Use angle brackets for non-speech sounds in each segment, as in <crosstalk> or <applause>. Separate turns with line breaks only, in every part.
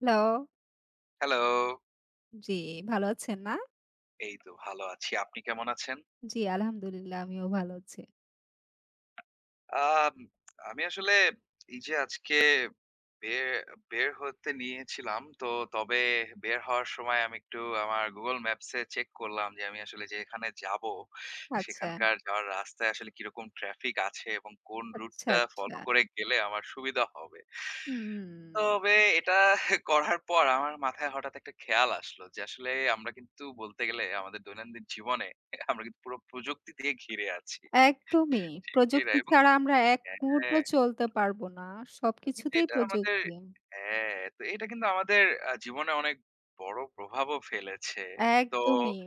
Hello.
Hello.
জি, ভালো আছেন না?
এই তো ভালো আছি। আপনি কেমন আছেন?
জি, আলহামদুলিল্লাহ আমিও ভালো আছি।
আম আমি আসলে এই যে আজকে বের বের হতে নিয়েছিলাম। তবে বের হওয়ার সময় আমি একটু আমার Google Maps এ চেক করলাম যে আমি আসলে যেখানে যাবো,
আচ্ছা,
সেখানকার যাওয়ার রাস্তায় আসলে কিরকম ট্রাফিক আছে এবং কোন
আচ্ছা,
রুটটা ফলো
আচ্ছা।
করে গেলে আমার সুবিধা হবে।
হুম,
তবে এটা করার পর আমার মাথায় হঠাৎ একটা খেয়াল আসলো যে আসলে আমরা কিন্তু বলতে গেলে আমাদের দৈনন্দিন জীবনে আমরা কিন্তু পুরো প্রযুক্তি দিয়ে ঘিরে আছি।
একদমই।
ঠিক কি না?
প্রযুক্তি
এবং
ছাড়া আমরা এক মুহূর্ত
হ্যাঁ,
চলতে পারব না।
এবং কিন্তু
সবকিছুতেই
এটা আমাদের
প্রযুক্তি।
হ্যাঁ, তো এটা কিন্তু আমাদের জীবনে অনেক বড় প্রভাবও ফেলেছে। তো
একদমই।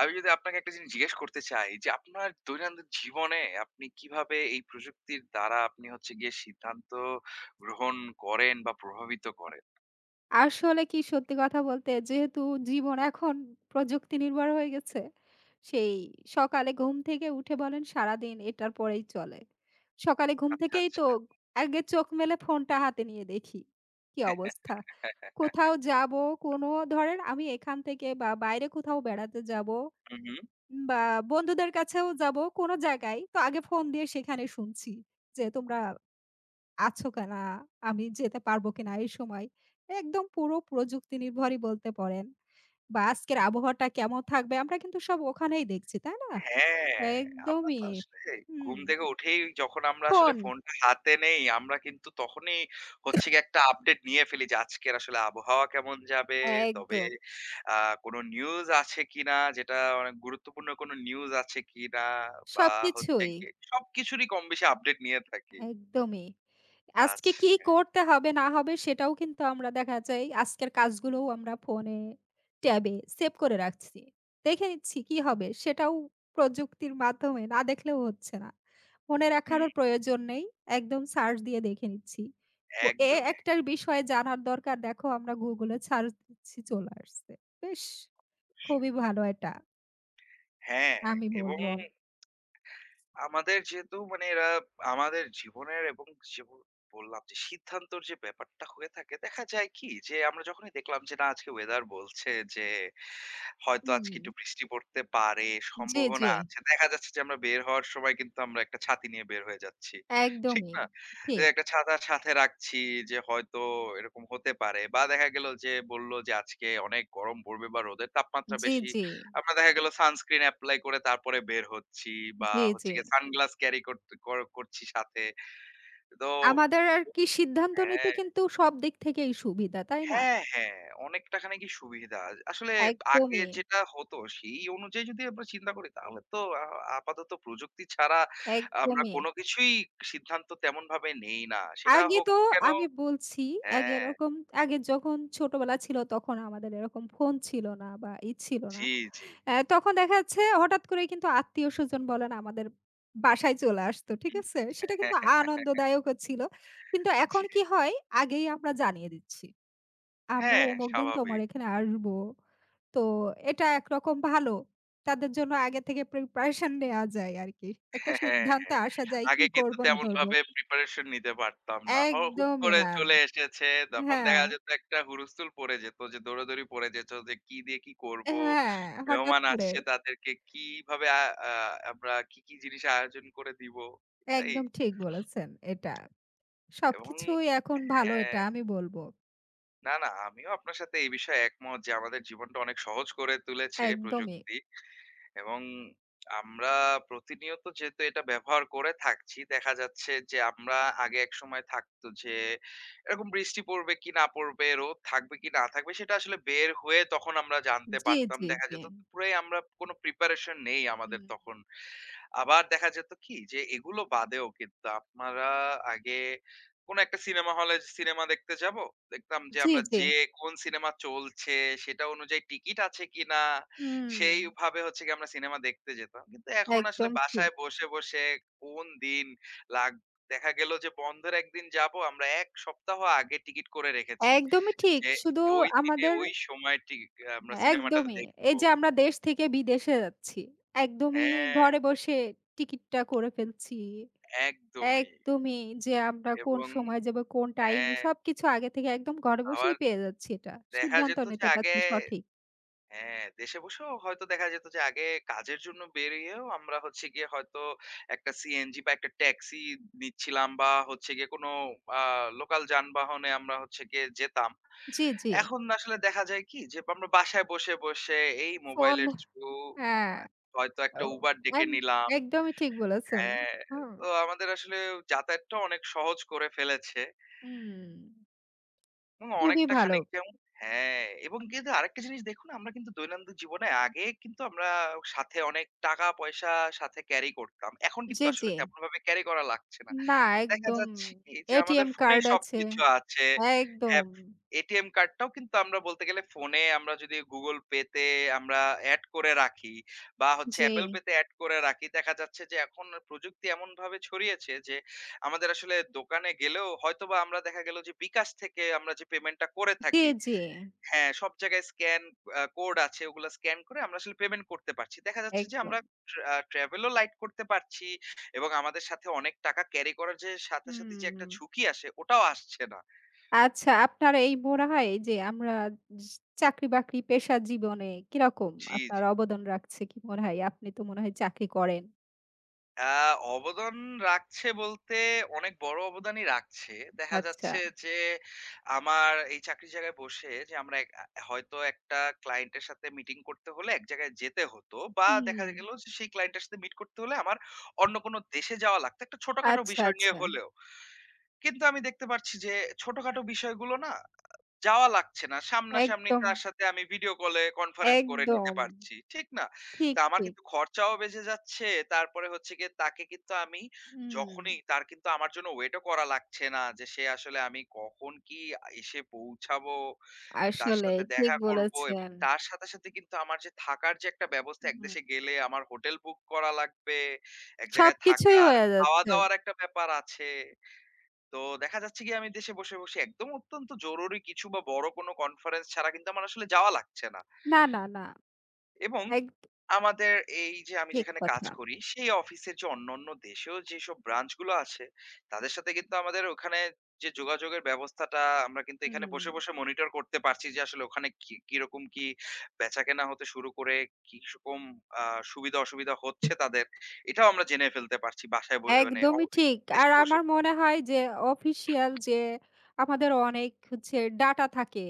আমি যদি আপনাকে একটা জিনিস জিজ্ঞেস করতে চাই যে আপনার দৈনন্দিন জীবনে আপনি কিভাবে এই প্রযুক্তির দ্বারা আপনি হচ্ছে গিয়ে সিদ্ধান্ত গ্রহণ করেন বা প্রভাবিত করেন?
আসলে কি সত্যি কথা বলতে যেহেতু জীবন এখন প্রযুক্তি নির্ভর হয়ে গেছে, সেই সকালে ঘুম থেকে উঠে বলেন সারাদিন এটার পরেই চলে। সকালে ঘুম
আচ্ছা,
থেকেই তো
আচ্ছা।
আগে চোখ মেলে ফোনটা হাতে নিয়ে দেখি, কি অবস্থা। কোথাও যাবো কোনো ধরেন আমি এখান থেকে বা বাইরে কোথাও বেড়াতে যাবো
হু, হু।
বা বন্ধুদের কাছেও যাবো কোনো জায়গায়, তো আগে ফোন দিয়ে সেখানে শুনছি যে তোমরা আছো কিনা? আমি যেতে পারবো কিনা এই সময়? একদম পুরো প্রযুক্তি নির্ভরই বলতে পারেন। বা আজকের আবহাওয়াটা কেমন থাকবে? আমরা কিন্তু সব ওখানেই দেখছি, তাই না?
হ্যাঁ, আমরা
একদমই।
তো আসলে
হুম,
ঘুম থেকে উঠেই যখন আমরা আসলে
ফোন
ফোনটা হাতে নেই, আমরা কিন্তু তখনই হচ্ছে গিয়ে একটা আপডেট নিয়ে ফেলি যে আজকের আসলে আবহাওয়া কেমন যাবে। তবে
একদম
আ কোন নিউজ আছে কিনা, যেটা অনেক গুরুত্বপূর্ণ কোন নিউজ আছে কিনা বা হচ্ছে
সবকিছুই।
গিয়ে সবকিছুরই কমবেশি আপডেট নিয়ে থাকি।
একদমই। আজকে
আচ্ছা।
কি করতে হবে না হবে সেটাও কিন্তু আমরা দেখা যায় আজকের কাজগুলোও আমরা ফোনে, ট্যাবে সেভ করে রাখছি। দেখে নিচ্ছি কি হবে সেটাও প্রযুক্তির মাধ্যমে না দেখলেও হচ্ছে না। মনে
হুম,
রাখারও প্রয়োজন নেই। একদম সার্চ দিয়ে দেখে নিচ্ছি।
একদমই,
ও এ
একদমই।
একটার বিষয়ে জানার দরকার দেখো আমরা Google এ সার্চ দিচ্ছি চলে আসছে। বেশ খুবই ভালো এটা।
হ্যাঁ,
আমি
এবং
বলব।
আমাদের যেহেতু মানে এরা আমাদের জীবনের এবং যে ব বললাম যে সিদ্ধান্তর যে ব্যাপারটা হয়ে থাকে, দেখা যায় কি যে আমরা যখনই দেখলাম যে না আজকে ওয়েদার বলছে যে হয়তো
হুম।
আজকে একটু বৃষ্টি পড়তে পারে,
জি, জি।
সম্ভাবনা আছে। দেখা যাচ্ছে যে আমরা বের হওয়ার সময় কিন্তু আমরা একটা ছাতি নিয়ে বের হয়ে যাচ্ছি। ঠিক
একদমই।
না? যে
ঠিক।
একটা ছাতা সাথে রাখছি যে হয়তো এরকম হতে পারে বা দেখা গেল যে বলল যে আজকে অনেক গরম পড়বে বা রোদের তাপমাত্রা
জি,
বেশি
জি।
আমরা দেখা গেল সানস্ক্রিন এপ্লাই করে তারপরে বের হচ্ছি বা
জি, জি।
হচ্ছে গিয়ে সানগ্লাস ক্যারি কর করছি সাথে। তো
আমাদের আর কি সিদ্ধান্ত নিতে
হ্যাঁ,
কিন্তু সব দিক থেকেই সুবিধা, তাই না?
হ্যাঁ, হ্যাঁ, অনেকটা খানিকই সুবিধা। আসলে আগে
একদমই,
যেটা হতো সেই অনুযায়ী যদি আমরা চিন্তা করি তাহলে তো আ আপাতত প্রযুক্তি ছাড়া আমরা
একদমই।
কোন কিছুই সিদ্ধান্ত তেমনভাবে নেই না। সেটা
আগে
হোক
তো
না কেন।
আমি বলছি, আগে
হ্যাঁ,
এরকম আগে যখন ছোটবেলা ছিল তখন আমাদের এরকম ফোন ছিল না বা ই ছিল না।
জি, জি।
অ্যা তখন দেখা যাচ্ছে হঠাৎ করেই কিন্তু আত্মীয়স্বজন বলেন আমাদের বাসায় চলে আসতো।
হুম,
ঠিক আছে? সেটা
হ্যাঁ,
কিন্তু
হ্যাঁ,
আনন্দদায়কও ছিল। কিন্তু এখন
জি।
কি হয়? আগেই আমরা জানিয়ে দিচ্ছি। আমরা
হ্যাঁ,
অমুক দিন তোমার
স্বাভাবিক।
এখানে আসবো। তো এটা একরকম ভালো। তাদের জন্য আগে থেকে প্রিপারেশন নেয়া যায় আরকি। একটা
হ্যাঁ, হ্যাঁ,
সিদ্ধান্তে
হ্যাঁ। হ্যাঁ।
আসা যায়
আগে
কি
কিন্তু
করব না করব।
তেমনভাবে প্রিপারেশন নিতে পারতাম না। হুট
একদমই
করে
না।
চলে এসেছে, তখন
হ্যাঁ,
দেখা যেত একটা হুড়স্থুল পড়ে যেত যে দৌড়াদৌড়ি পড়ে যেত যে কি দিয়ে কি করব?
হ্যাঁ, হঠাৎ
মেহমান
করে।
আসছে তাদেরকে কিভাবে আ আ আমরা কি, কি জিনিস আয়োজন করে দিব? এটাই
একদম ঠিক বলেছেন এটা।
এবং
সবকিছুই এখন ভালো এটা
হ্যাঁ,
আমি বলব।
না, না আমিও আপনার সাথে এই বিষয়ে একমত যে আমাদের জীবনটা অনেক সহজ করে তুলেছে
একদমই।
প্রযুক্তি। এবং আমরা প্রতিনিয়ত যেহেতু এটা ব্যবহার করে থাকছি, দেখা যাচ্ছে যে আমরা আগে একসময় থাকতো যে এরকম বৃষ্টি পড়বে কি না পড়বে, রোদ থাকবে কি না থাকবে সেটা আসলে বের হয়ে তখন আমরা জানতে
জি,
পারতাম।
জি,
দেখা
জি।
যেত পুরাই আমরা কোনো প্রিপারেশন নেই আমাদের
হুম।
তখন। আবার দেখা যেত কি যে এগুলো বাদেও কিন্তু আপনারা আগে কোনো একটা সিনেমা হলে সিনেমা দেখতে যাব। দেখতাম যে
জি,
আমরা
জি।
যেয়ে কোন সিনেমা চলছে সেটা অনুযায়ী টিকিট আছে কিনা
হুম।
সেইভাবে হচ্ছে গিয়ে আমরা সিনেমা দেখতে যেতাম। কিন্তু এখন আসলে
একদম ঠিক।
বাসায় বসে কোন দিন লাগ দেখা গেল যে বন্ধের একদিন যাব আমরা ১ সপ্তাহ আগে টিকিট করে রেখেছি।
একদমই ঠিক।
যে
শুধু
ওই দিনে
আমাদের
ওই সময় আমরা
হ্যাঁ,
সিনেমাটা
একদমই।
দেখব।
এই যে আমরা দেশ থেকে বিদেশে যাচ্ছি। একদমই
হ্যাঁ,
ঘরে বসে টিকিটটা করে ফেলছি।
একদমই
একদমই যে আমরা কোন
এবং
সময় যাব, কোন টাইমে
হ্যাঁ।
সবকিছু আগে থেকে একদম ঘরে বসেই
আবার
পেয়ে যাচ্ছি এটা।
দেখা
সিদ্ধান্ত
যেত যে
নিতে
আগে
পারছি সঠিক।
হ্যাঁ, দেশে বসেও হয়তো দেখা যেত যে আগে কাজের জন্য বেরিয়েও আমরা হচ্ছে গিয়ে হয়তো একটা সিএনজি বা একটা ট্যাক্সি নিচ্ছিলাম বা হচ্ছে গিয়ে কোনো আ লোকাল যানবাহনে আমরা হচ্ছে গিয়ে যেতাম।
জি, জি।
এখন আসলে দেখা যায় কি যে আমরা বাসায় বসে এই
ফোন
মোবাইলের থ্রু
হ্যাঁ,
হয়তো একটা
ও
Uber ডেকে
এক
নিলাম।
একদমই ঠিক বলেছেন।
হ্যাঁ,
হুম,
তো আমাদের আসলে যাতায়াতটা অনেক সহজ করে ফেলেছে।
হুম।
এবং
খুবই
অনেকটা
ভালো।
খানিক যেমন হ্যাঁ, এবং কিন্তু আরেকটা জিনিস দেখুন আমরা কিন্তু দৈনন্দিন জীবনে আগে কিন্তু আমরা সাথে অনেক টাকা-পয়সা সাথে ক্যারি করতাম। এখন
জি,
কিন্তু
জি।
আসলে তেমনভাবে ক্যারি করা লাগছে না।
না
দেখা
একদম
যাচ্ছে কি যে আমাদের
এটিএম
ফোনেই
কার্ড আছে।
সবকিছু আছে। হ্যাঁ,
একদম।
এটিএম কার্ডটাও কিন্তু আমরা বলতে গেলে ফোনে আমরা যদি Google Pay তে আমরা এড করে রাখি বা হচ্ছে
জি,
Apple Pay তে এড করে রাখি, দেখা যাচ্ছে যে এখন প্রযুক্তি এমনভাবে ছড়িয়েছে যে আমাদের আসলে দোকানে গেলেও হয়তোবা আমরা দেখা গেল যে বিকাশ থেকে আমরা যে পেমেন্টটা করে
জি,
থাকি।
জি।
হ্যাঁ সব জায়গায় স্ক্যান কোড আছে ওগুলো স্ক্যান করে আমরা আসলে পেমেন্ট করতে পারছি। দেখা যাচ্ছে যে আমরা
একদম।
ট্রাভেলও লাইট করতে পারছি এবং আমাদের সাথে অনেক টাকা ক্যারি করার যে সাথে সাথে যে একটা
হুম।
ঝুঁকি আসে ওটাও আসছে না।
আচ্ছা আপনার এই মনে হয় যে আমরা চাকরি-বাকরি পেশা জীবনে কিরকম
জি
আপনার
জি।
অবদান রাখছে কি মনে হয়? আপনি তো মনে হয় চাকরি করেন।
আ অবদান রাখছে বলতে অনেক বড় অবদানই রাখছে। দেখা
আচ্ছা।
যাচ্ছে যে আমার এই চাকরির জায়গায় বসে যে আমরা এক আ হয়তো একটা ক্লায়েন্টের সাথে মিটিং করতে হলে এক জায়গায় যেতে হতো বা
হুম।
দেখা গেল যে সেই ক্লায়েন্টের সাথে মিট করতে হলে আমার অন্য কোনো দেশে যাওয়া লাগতো। একটা ছোটখাটো
আচ্ছা,
বিষয় নিয়ে
আচ্ছা।
হলেও। কিন্তু আমি দেখতে পারছি যে ছোটখাটো বিষয়গুলো না যাওয়া লাগছে না। সামনাসামনি
একদম,
তার সাথে আমি ভিডিও কলে কনফারেন্স করে নিতে
একদম।
পারছি। ঠিক না?
ঠিক,
তো আমার
ঠিক।
কিন্তু খরচাও বেঁচে যাচ্ছে। তারপরে হচ্ছে গিয়ে তাকে কিন্তু আমি
হুম।
যখনই তার কিন্তু আমার জন্য ওয়েটও করা লাগছে না যে সে আসলে আমি কখন কি এসে পৌঁছাবো, তার
আসলে
সাথে
ঠিক
দেখা করবো এবং
বলেছেন।
তার সাথে কিন্তু আমার যে থাকার যে একটা ব্যবস্থা এক
হুম।
দেশে গেলে আমার হোটেল বুক করা লাগবে। এক জায়গায়
সবকিছুই
থাকার,
হয়ে যাচ্ছে।
খাওয়া-দাওয়ার একটা ব্যাপার আছে। তো দেখা যাচ্ছে কি আমি দেশে বসে একদম অত্যন্ত জরুরি কিছু বা বড় কোনো কনফারেন্স ছাড়া কিন্তু আমার আসলে যাওয়া লাগছে না।
না, না, না।
এবং
এক
আমাদের এই যে আমি
ঠিক
যেখানে কাজ
কথা।
করি সেই অফিসের যে অন্যান্য দেশেও যেসব ব্রাঞ্চ গুলো আছে তাদের সাথে কিন্তু আমাদের ওখানে যে যোগাযোগের ব্যবস্থাটা আমরা কিন্তু এখানে
হুম।
বসে মনিটর করতে পারছি যে আসলে ওখানে কি কিরকম কি বেচাকেনা হতে শুরু করে কিরকম আ সুবিধা অসুবিধা হচ্ছে তাদের। এটাও আমরা জেনে ফেলতে পারছি বাসায় ব মানে অ
একদমই ঠিক। আর
দেশে বসে,
আমার
বসে।
মনে হয় যে অফিসিয়াল যে আমাদের অনেক হচ্ছে ডাটা থাকে।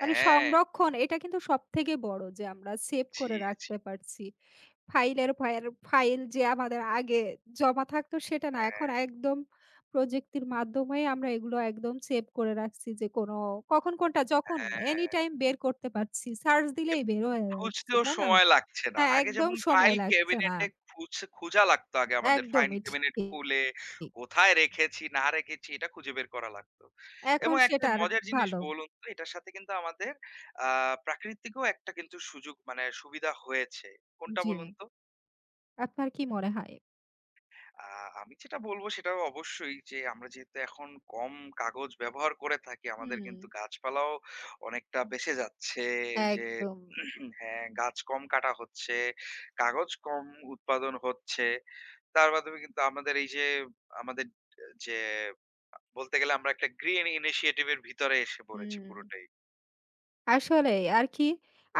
মানে
হ্যাঁ,
সংরক্ষণ এটা কিন্তু সবথেকে বড় যে আমরা সেভ
জি,
করে
জি।
রাখতে পারছি। ফাইলের ফায়ার ফাইল যে আমাদের আগে জমা থাকতো সেটা না। এখন
হ্যাঁ।
একদম প্রযুক্তির মাধ্যমেই আমরা এগুলো একদম সেভ করে রাখছি যে কোনো কখন কোনটা যখন
হ্যাঁ, হ্যাঁ,
anytime বের করতে পারছি। সার্চ দিলেই
এবং
বের হয়ে আসছে,
খুঁজতেও
তাই না?
সময় লাগছে না।
হ্যাঁ,
আগে
একদম
যেমন
সময়
ফাইল
লাগছে না।
ক্যাবিনেটে খোঁজা লাগতো আগে আমাদের। ফাইল
একদমই
ক্যাবিনেট
ঠিক।
খুলে কোথায় রেখেছি না রেখেছি এটা খুঁজে বের করা লাগতো।
এখন
এবং একটা
সেটা আর
মজার জিনিস
ভালো।
বলুন তো এটার সাথে কিন্তু আমাদের আ প্রাকৃতিকও একটা কিন্তু সুযোগ মানে সুবিধা হয়েছে। কোনটা
জি,
বলুন তো?
আপনার কি মনে হয়?
আ আমি যেটা বলব সেটাও অবশ্যই যে আমরা যেহেতু এখন কম কাগজ ব্যবহার করে থাকি, আমাদের
হুম,
কিন্তু গাছপালাও অনেকটা বেঁচে যাচ্ছে। যে
একদম।
<clears throat> হ্যাঁ, গাছ কম কাটা হচ্ছে, কাগজ কম উৎপাদন হচ্ছে। তার মাধ্যমে কিন্তু আমাদের এই যে আমাদের যে বলতে গেলে আমরা একটা গ্রিন ইনিশিয়েটিভ এর ভিতরে এসে পড়েছি
হুম।
পুরোটাই।
আসলেই আর কি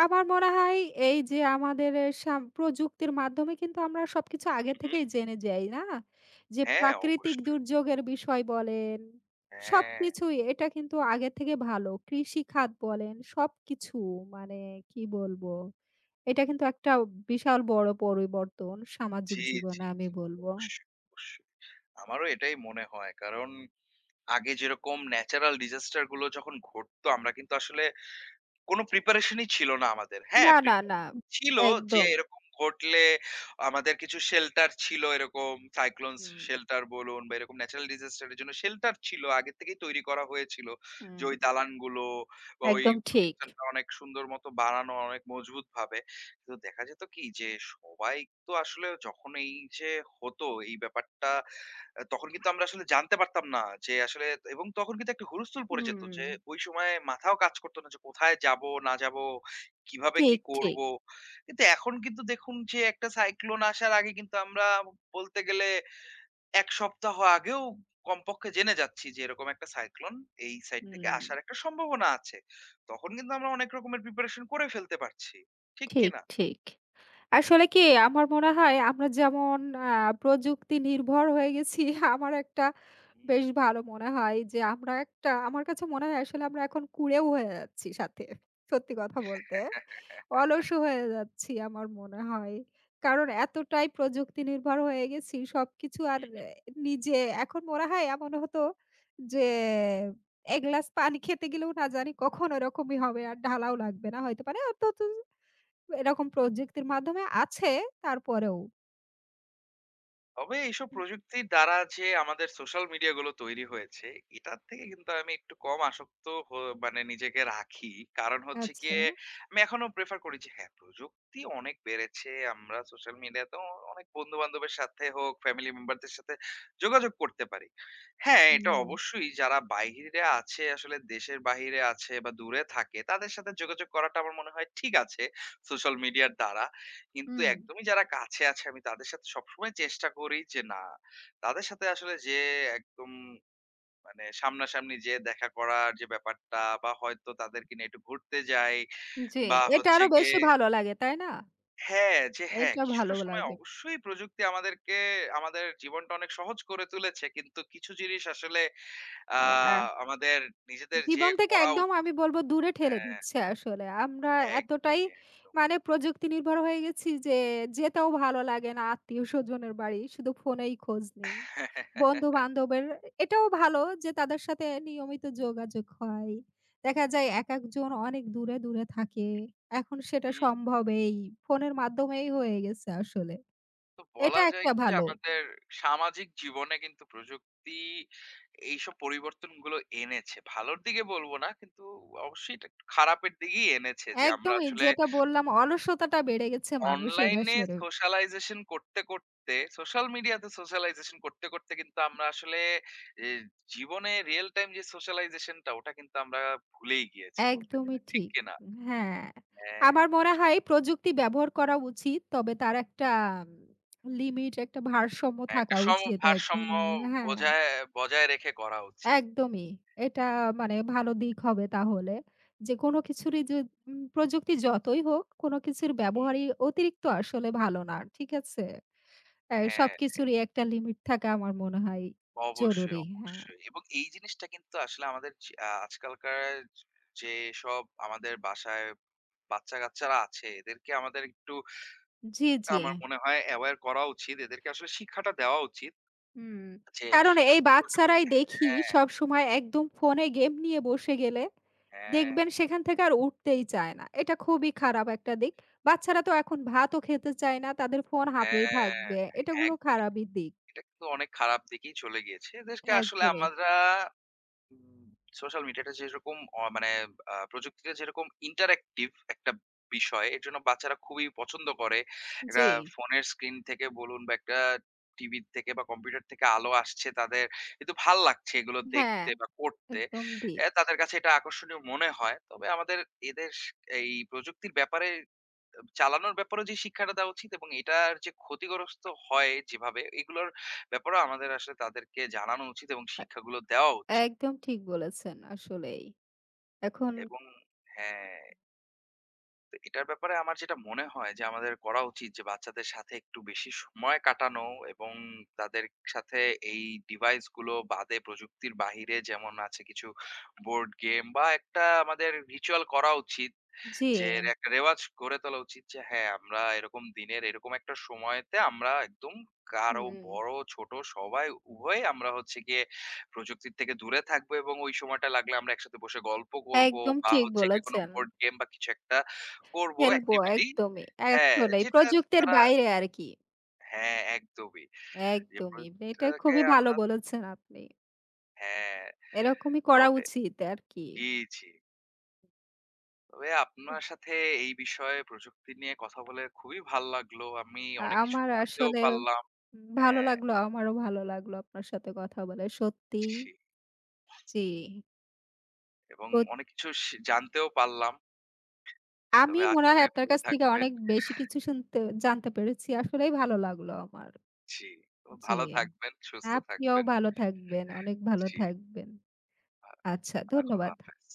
আমার মনে হয় এই যে আমাদের এ সাম প্রযুক্তির মাধ্যমে কিন্তু আমরা সবকিছু আগে
হু, হু।
থেকেই জেনে যাই, না? যে
হ্যাঁ,
প্রাকৃতিক
অবশ্যই।
দুর্যোগের বিষয় বলেন,
হ্যাঁ।
সবকিছুই এটা কিন্তু আগে থেকে ভালো। কৃষিখাত বলেন, সবকিছু মানে কি বলবো? এটা কিন্তু একটা বিশাল বড় পরিবর্তন
জি,
সামাজিক
জি,
জীবনে আমি
জি।
বলব।
অবশ্যই, অবশ্যই। আমারও এটাই মনে হয়। কারণ আগে যেরকম ন্যাচারাল ডিজাস্টার গুলো যখন ঘটতো আমরা কিন্তু আসলে কোনো প্রিপারেশনই ছিল না আমাদের। হ্যাঁ,
না, না, না।
প্রিপারেশন ছিল যে
একদম।
এরকম ঘটলে আমাদের কিছু শেল্টার ছিল এরকম সাইক্লোনস
হুম,
শেল্টার বলুন বা এরকম ন্যাচারাল ডিজাস্টার এর জন্য শেল্টার ছিল। আগে থেকেই তৈরি করা হয়েছিল। যে
হুম।
ওই দালানগুলো বা ওই
একদম ঠিক।
প্রতিষ্ঠানটা অনেক সুন্দর মতো বানানো অনেক মজবুতভাবে। কিন্তু দেখা যেত কি যে সবাই তো আসলে যখন এই যে হতো এই ব্যাপারটা তখন কিন্তু আমরা আসলে জানতে পারতাম না যে আসলে এবং তখন কিন্তু একটা হুড়োস্থুল পড়ে যেত
হুম।
যে ওই সময়ে মাথাও কাজ করত না যে কোথায় যাবো না যাবো, কিভাবে কি
ঠিক, ঠিক।
করব? কিন্তু এখন কিন্তু দেখুন যে একটা সাইক্লোন আসার আগে কিন্তু আমরা বলতে গেলে ১ সপ্তাহ আগেও কমপক্ষে জেনে যাচ্ছি যে এরকম একটা সাইক্লোন এই সাইড থেকে
হুম।
আসার একটা সম্ভাবনা আছে। তখন কিন্তু আমরা অনেক রকমের প্রিপারেশন করে ফেলতে পারছি। ঠিক কি
ঠিক,
না?
ঠিক। আসলে কি আমার মনে হয় আমরা যেমন আ প্রযুক্তি নির্ভর হয়ে গেছি <laughs> আমার একটা বেশ ভালো মনে হয় যে আমরা একটা আমার কাছে মনে হয় আসলে আমরা এখন কুঁড়েও হয়ে যাচ্ছি সাথে। সত্যি কথা বলতে। অলস হয়ে যাচ্ছি আমার মনে হয়। কারণ এতটাই প্রযুক্তি নির্ভর হয়ে গেছি সবকিছু আর
হুম।
এ নিজে এখন মনে হয় এমন হতো যে ১ গ্লাস পানি খেতে গেলেও না জানি কখন ওরকমই হবে আর ঢালাও লাগবে না হইতে পারে। অন্তত এরকম প্রযুক্তির মাধ্যমে আছে তারপরেও।
তবে এইসব প্রযুক্তির দ্বারা যে আমাদের সোশ্যাল মিডিয়া গুলো তৈরি হয়েছে এটার থেকে কিন্তু আমি একটু কম আসক্ত মানে নিজেকে রাখি কারণ হচ্ছে
আচ্ছা।
গিয়ে আমি এখনো প্রেফার করি যে হ্যাঁ প্রযুক্তি অনেক বেড়েছে আমরা সোশ্যাল মিডিয়াতে অনেক বন্ধু বান্ধবের সাথে হোক ফ্যামিলি মেম্বারদের সাথে যোগাযোগ করতে পারি। হ্যাঁ এটা
হুম।
অবশ্যই যারা বাইরে আছে আসলে দেশের বাইরে আছে বা দূরে থাকে তাদের সাথে যোগাযোগ করাটা আমার মনে হয় ঠিক আছে সোশ্যাল মিডিয়ার দ্বারা। কিন্তু
হুম,
একদমই যারা কাছে আছে আমি তাদের সাথে সবসময় চেষ্টা করি যে না তাদের সাথে আসলে যে একদম মানে সামনাসামনি যে দেখা করার যে ব্যাপারটা বা হয়তো তাদেরকে নিয়ে একটু ঘুরতে যাই
জি।
বা
এটা
হচ্ছে
আরো
গিয়ে
বেশি ভালো লাগে, তাই না?
হ্যাঁ যে হ্যাঁ
এটা
কিছুটা
ভালো
সময়
লাগে।
অবশ্যই প্রযুক্তি আমাদেরকে আমাদের জীবনটা অনেক সহজ করে তুলেছে কিন্তু কিছু জিনিস আসলে
অ্যা
আমাদের নিজেদের যে
জীবন থেকে
করা
একদম আমি
উচিত
বলব দূরে ঠেলে
হ্যাঁ
দিচ্ছে আসলে। আমরা এতটাই
একদমই একদম
মানে প্রযুক্তি নির্ভর হয়ে গেছি যে যেতেও ভালো লাগে না আত্মীয়স্বজনের বাড়ি। শুধু ফোনেই খোঁজ নেই।
<laughs>
বন্ধু-বান্ধবের এটাও ভালো যে তাদের সাথে নিয়মিত যোগাযোগ হয়। দেখা যায় একেকজন অনেক দূরে, দূরে থাকে। এখন সেটা
হুম।
সম্ভব এই ফোনের মাধ্যমেই হয়ে গেছে আসলে।
তো
এটা
বলা যায়
একটা
কি যে
ভালো।
আমাদের সামাজিক জীবনে কিন্তু প্রযুক্তি এইসব পরিবর্তনগুলো এনেছে। ভালোর দিকে বলবো না কিন্তু অবশ্যই এটা একটু খারাপের দিকেই এনেছে যে আমরা
একদমই
আসলে
যেটা বললাম অলসতাটা বেড়ে গেছে মানুষের
অনলাইনে
আসলে।
সোশ্যালাইজেশন করতে, করতে সোশ্যাল মিডিয়াতে সোশ্যালাইজেশন করতে, করতে কিন্তু আমরা আসলে এ জীবনে রিয়াল টাইম যে সোশ্যালাইজেশনটা ওটা কিন্তু আমরা ভুলেই গিয়েছি বলতে
একদমই
গেলে। ঠিক
ঠিক।
কি না?
হ্যাঁ,
হ্যাঁ,
আমার মনে হয় প্রযুক্তি ব্যবহার করা উচিত। তবে তার একটা লিমিট, একটা ভারসাম্য থাকা
একটা
উচিত। একদম
ভারসাম্য
হ্যাঁ,
বজায় বজায় রেখে করা উচিত।
একদমই। এটা মানে ভালো দিক হবে তাহলে। যে কোনো কিছুরই যে প্রযুক্তি যতই হোক, কোনো কিছুর ব্যবহারই অতিরিক্ত আসলে ভালো না। ঠিক আছে? অ্যা
হ্যাঁ।
সবকিছুরই একটা লিমিট থাকা আমার মনে হয়
অবশ্যই,
জরুরি। হ্যাঁ।
অবশ্যই। এবং এই জিনিসটা কিন্তু আসলে আমাদের যে আজকালকার যেসব আমাদের বাসায় বাচ্চা-কাচ্চারা আছে, এদেরকে আমাদের একটু
জি, জি।
আমার মনে হয় aware করা উচিত। এদেরকে আসলে শিক্ষাটা দেওয়া উচিত
হুম,
যে
কারণ এই
শুধু প্রযু
বাচ্চারাই দেখি
হ্যাঁ,
সবসময় একদম ফোনে গেম নিয়ে বসে গেলে,
হ্যাঁ,
দেখবেন সেখান থেকে আর উঠতেই চায় না। এটা খুবই খারাপ একটা দিক। বাচ্চারা তো এখন ভাতও খেতে চায় না, তাদের ফোন হাতেই
হ্যাঁ,
থাকবে। এটা গুলো
এক
খারাপই দিক।
এটা কিন্তু অনেক খারাপ দিকেই চলে গিয়েছে। এদেরকে আসলে
একদমই,
আমরা উম সোশ্যাল মিডিয়াটা যেরকম অ মানে আ প্রযুক্তিতে যেরকম ইন্টারেক্টিভ একটা বিষয়, এর জন্য বাচ্চারা খুবই পছন্দ করে।
জি।
একটা ফোনের স্ক্রিন থেকে বলুন বা একটা টিভির থেকে বা কম্পিউটার থেকে আলো আসছে তাদের কিন্তু ভাল লাগছে এগুলো
হ্যাঁ,
দেখতে বা করতে।
একদম দিক।
এ তাদের কাছে এটা আকর্ষণীয় মনে হয়। তবে আমাদের এদের শ- এই প্রযুক্তির ব্যাপারে চালানোর ব্যাপারেও যে শিক্ষাটা দেওয়া উচিত এবং এটার যে ক্ষতিগ্রস্ত হয় যেভাবে, এগুলোর ব্যাপারেও আমাদের আসলে তাদেরকে জানানো উচিত এবং
আ
শিক্ষাগুলো দেওয়া উচিত।
একদম ঠিক বলেছেন আসলেই। এখন
এবং হ্যাঁ, তো এটার ব্যাপারে আমার যেটা মনে হয় যে আমাদের করা উচিত যে বাচ্চাদের সাথে একটু বেশি সময় কাটানো এবং তাদের সাথে এই ডিভাইস গুলো বাদে প্রযুক্তির বাহিরে যেমন আছে কিছু বোর্ড গেম বা একটা আমাদের রিচুয়াল করা উচিত
জি।
যে এর একটা রেওয়াজ করে তোলা উচিত যে হ্যাঁ আমরা এরকম দিনের এরকম একটা সময়তে আমরা একদম কারো
হুম,
বড় ছোট সবাই উভয় আমরা হচ্ছে গিয়ে প্রযুক্তির থেকে দূরে থাকবো এবং ওই সময়টা লাগলে আমরা একসাথে বসে গল্প করব
একদম
বা
ঠিক
হচ্ছে গিয়ে কোনো
বলেছেন।
বোর্ড গেম বা কিছু একটা করব
খেলবো
এক্টিভিটি।
একদমই।
হ্যাঁ,
আসলেই
যেটা
প্রযুক্তির
তারা
বাইরে আরকি।
হ্যাঁ, একদমই। যে
একদমই। এটা
প্রযুক্তিটাকে
খুবই ভালো
আমরা
বলেছেন আপনি।
হ্যাঁ,
এরকমই করা
তবে
উচিত আরকি।
জি, জি। তবে আপনার সাথে এই বিষয়ে প্রযুক্তি নিয়ে কথা বলে খুবই ভাল লাগলো। আমি অনেক কিছু
আমার
জানতেও
আসলে
পারলাম।
ভালো
হ্যাঁ,
লাগলো, আমারও ভালো লাগলো আপনার সাথে কথা বলে। সত্যিই
জি।
জি।
এবং
তো
অনেক কিছু জানতেও পারলাম।
আমি
তবে
মনে
আশা
হয়
করি
আপনার
ভালো
কাছ থেকে
থাকবেন।
অনেক বেশি কিছু শুনতে জানতে পেরেছি। আসলেই ভালো লাগলো আমার।
জি। তো
জি।
ভালো থাকবেন, সুস্থ
আপনিও
থাকবেন।
ভালো থাকবেন। অনেক ভালো
জি।
থাকবেন।
আ
আচ্ছা
আ খোদা
ধন্যবাদ।
হাফেজ।